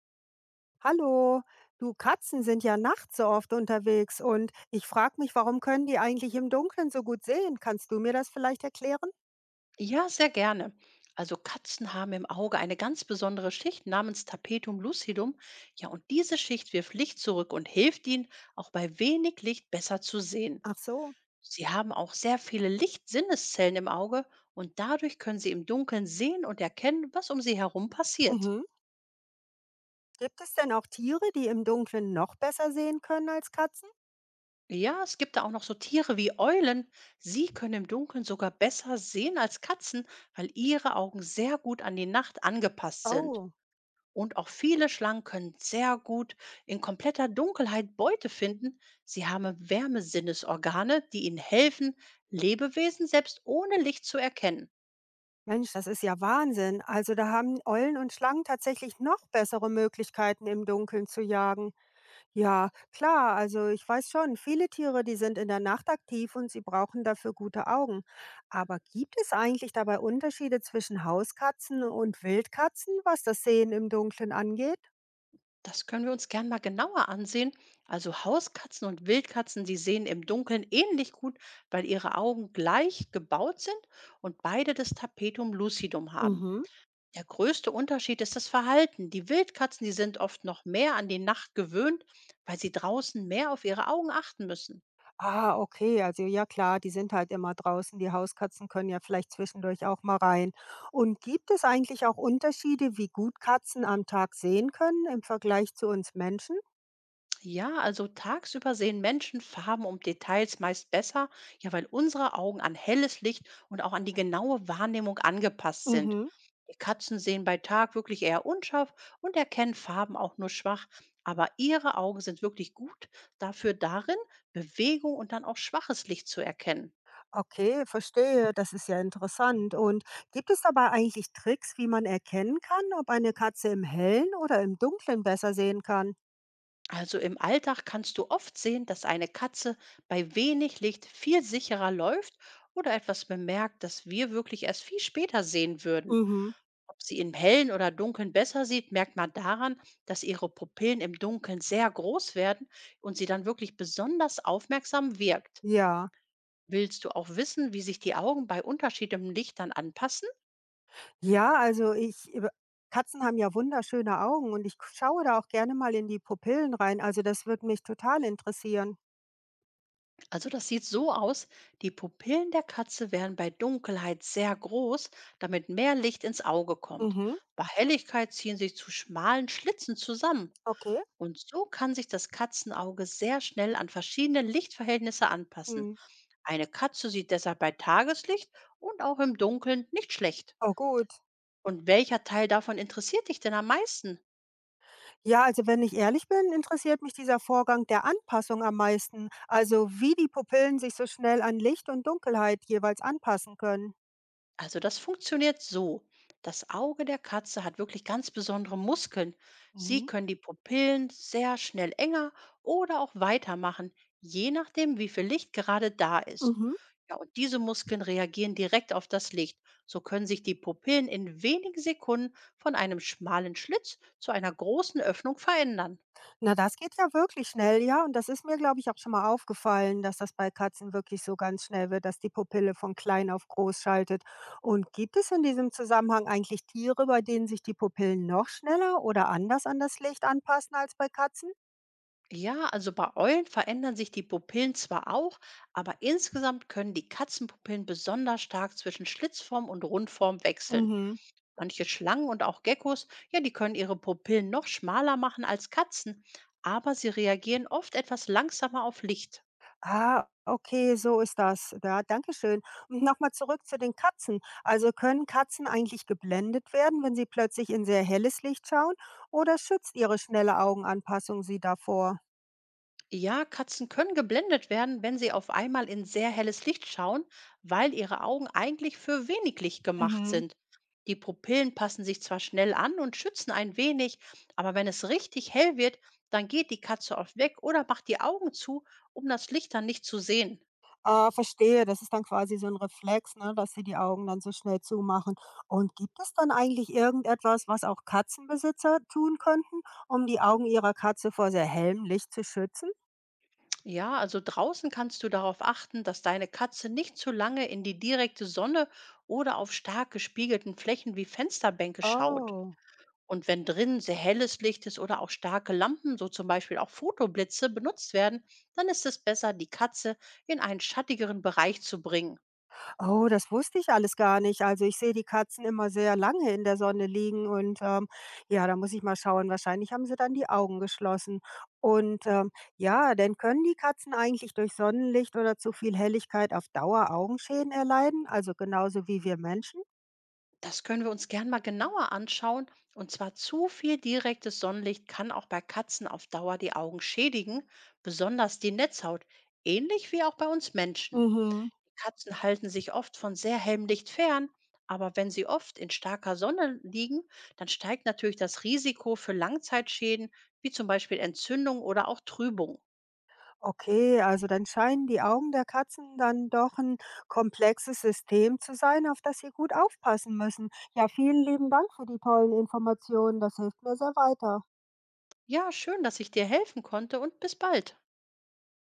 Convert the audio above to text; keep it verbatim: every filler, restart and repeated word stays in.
Hallo, du Katzen sind ja nachts so oft unterwegs und ich frage mich, warum können die eigentlich im Dunkeln so gut sehen? Kannst du mir das vielleicht erklären? Ja, sehr gerne. Also Katzen haben im Auge eine ganz besondere Schicht namens Tapetum lucidum. Ja, und diese Schicht wirft Licht zurück und hilft ihnen, auch bei wenig Licht besser zu sehen. Ach so. Sie haben auch sehr viele Lichtsinneszellen im Auge und dadurch können sie im Dunkeln sehen und erkennen, was um sie herum passiert. Mhm. Gibt es denn auch Tiere, die im Dunkeln noch besser sehen können als Katzen? Ja, es gibt da auch noch so Tiere wie Eulen. Sie können im Dunkeln sogar besser sehen als Katzen, weil ihre Augen sehr gut an die Nacht angepasst sind. Oh, Und auch viele Schlangen können sehr gut in kompletter Dunkelheit Beute finden. Sie haben Wärmesinnesorgane, die ihnen helfen, Lebewesen selbst ohne Licht zu erkennen. Mensch, das ist ja Wahnsinn. Also da haben Eulen und Schlangen tatsächlich noch bessere Möglichkeiten, im Dunkeln zu jagen. Ja, klar, also ich weiß schon, viele Tiere, die sind in der Nacht aktiv und sie brauchen dafür gute Augen. Aber gibt es eigentlich dabei Unterschiede zwischen Hauskatzen und Wildkatzen, was das Sehen im Dunkeln angeht? Das können wir uns gern mal genauer ansehen. Also Hauskatzen und Wildkatzen, die sehen im Dunkeln ähnlich gut, weil ihre Augen gleich gebaut sind und beide das Tapetum lucidum haben. Mhm. Der größte Unterschied ist das Verhalten. Die Wildkatzen, die sind oft noch mehr an die Nacht gewöhnt, weil sie draußen mehr auf ihre Augen achten müssen. Ah, okay, also ja klar, die sind halt immer draußen. Die Hauskatzen können ja vielleicht zwischendurch auch mal rein. Und gibt es eigentlich auch Unterschiede, wie gut Katzen am Tag sehen können im Vergleich zu uns Menschen? Ja, also tagsüber sehen Menschen Farben und Details meist besser, ja, weil unsere Augen an helles Licht und auch an die genaue Wahrnehmung angepasst sind. Mhm. Die Katzen sehen bei Tag wirklich eher unscharf und erkennen Farben auch nur schwach, aber ihre Augen sind wirklich gut dafür darin, Bewegung und dann auch schwaches Licht zu erkennen. Okay, verstehe. Das ist ja interessant. Und gibt es dabei eigentlich Tricks, wie man erkennen kann, ob eine Katze im Hellen oder im Dunklen besser sehen kann? Also im Alltag kannst du oft sehen, dass eine Katze bei wenig Licht viel sicherer läuft oder etwas bemerkt, das wir wirklich erst viel später sehen würden. Mhm. Ob sie im Hellen oder Dunkeln besser sieht, merkt man daran, dass ihre Pupillen im Dunkeln sehr groß werden und sie dann wirklich besonders aufmerksam wirkt. Ja. Willst du auch wissen, wie sich die Augen bei unterschiedlichem Licht dann anpassen? Ja, also ich, über- Katzen haben ja wunderschöne Augen und ich k- schaue da auch gerne mal in die Pupillen rein. Also das würde mich total interessieren. Also das sieht so aus, die Pupillen der Katze werden bei Dunkelheit sehr groß, damit mehr Licht ins Auge kommt. Mhm. Bei Helligkeit ziehen sie zu schmalen Schlitzen zusammen. Okay. Und so kann sich das Katzenauge sehr schnell an verschiedene Lichtverhältnisse anpassen. Hm. Eine Katze sieht deshalb bei Tageslicht und auch im Dunkeln nicht schlecht. Oh gut. Und welcher Teil davon interessiert dich denn am meisten? Ja, also wenn ich ehrlich bin, interessiert mich dieser Vorgang der Anpassung am meisten. Also wie die Pupillen sich so schnell an Licht und Dunkelheit jeweils anpassen können. Also das funktioniert so. Das Auge der Katze hat wirklich ganz besondere Muskeln. Sie Mhm. können die Pupillen sehr schnell enger oder auch weiter machen, je nachdem, wie viel Licht gerade da ist. Mhm. Ja, und diese Muskeln reagieren direkt auf das Licht. So können sich die Pupillen in wenigen Sekunden von einem schmalen Schlitz zu einer großen Öffnung verändern. Na, das geht ja wirklich schnell, ja. Und das ist mir, glaube ich, auch schon mal aufgefallen, dass das bei Katzen wirklich so ganz schnell wird, dass die Pupille von klein auf groß schaltet. Und gibt es in diesem Zusammenhang eigentlich Tiere, bei denen sich die Pupillen noch schneller oder anders an das Licht anpassen als bei Katzen? Ja, also bei Eulen verändern sich die Pupillen zwar auch, aber insgesamt können die Katzenpupillen besonders stark zwischen Schlitzform und Rundform wechseln. Mhm. Manche Schlangen und auch Geckos, ja, die können ihre Pupillen noch schmaler machen als Katzen, aber sie reagieren oft etwas langsamer auf Licht. Ah, okay, so ist das. Ja, danke schön. Und nochmal zurück zu den Katzen. Also können Katzen eigentlich geblendet werden, wenn sie plötzlich in sehr helles Licht schauen? Oder schützt ihre schnelle Augenanpassung sie davor? Ja, Katzen können geblendet werden, wenn sie auf einmal in sehr helles Licht schauen, weil ihre Augen eigentlich für wenig Licht gemacht Mhm. sind. Die Pupillen passen sich zwar schnell an und schützen ein wenig, aber wenn es richtig hell wird, dann geht die Katze oft weg oder macht die Augen zu, um das Licht dann nicht zu sehen. Ah, verstehe. Das ist dann quasi so ein Reflex, ne, dass sie die Augen dann so schnell zumachen. Und gibt es dann eigentlich irgendetwas, was auch Katzenbesitzer tun könnten, um die Augen ihrer Katze vor sehr hellem Licht zu schützen? Ja, also draußen kannst du darauf achten, dass deine Katze nicht zu lange in die direkte Sonne oder auf stark gespiegelten Flächen wie Fensterbänke schaut. Oh. Und wenn drin sehr helles Licht ist oder auch starke Lampen, so zum Beispiel auch Fotoblitze, benutzt werden, dann ist es besser, die Katze in einen schattigeren Bereich zu bringen. Oh, das wusste ich alles gar nicht. Also ich sehe die Katzen immer sehr lange in der Sonne liegen und ähm, ja, da muss ich mal schauen. Wahrscheinlich haben sie dann die Augen geschlossen. Und ähm, ja, denn können die Katzen eigentlich durch Sonnenlicht oder zu viel Helligkeit auf Dauer Augenschäden erleiden? Also genauso wie wir Menschen? Das können wir uns gern mal genauer anschauen. Und zwar zu viel direktes Sonnenlicht kann auch bei Katzen auf Dauer die Augen schädigen, besonders die Netzhaut, ähnlich wie auch bei uns Menschen. Mhm. Katzen halten sich oft von sehr hellem Licht fern, aber wenn sie oft in starker Sonne liegen, dann steigt natürlich das Risiko für Langzeitschäden, wie zum Beispiel Entzündung oder auch Trübung. Okay, also dann scheinen die Augen der Katzen dann doch ein komplexes System zu sein, auf das sie gut aufpassen müssen. Ja, vielen lieben Dank für die tollen Informationen. Das hilft mir sehr weiter. Ja, schön, dass ich dir helfen konnte und bis bald.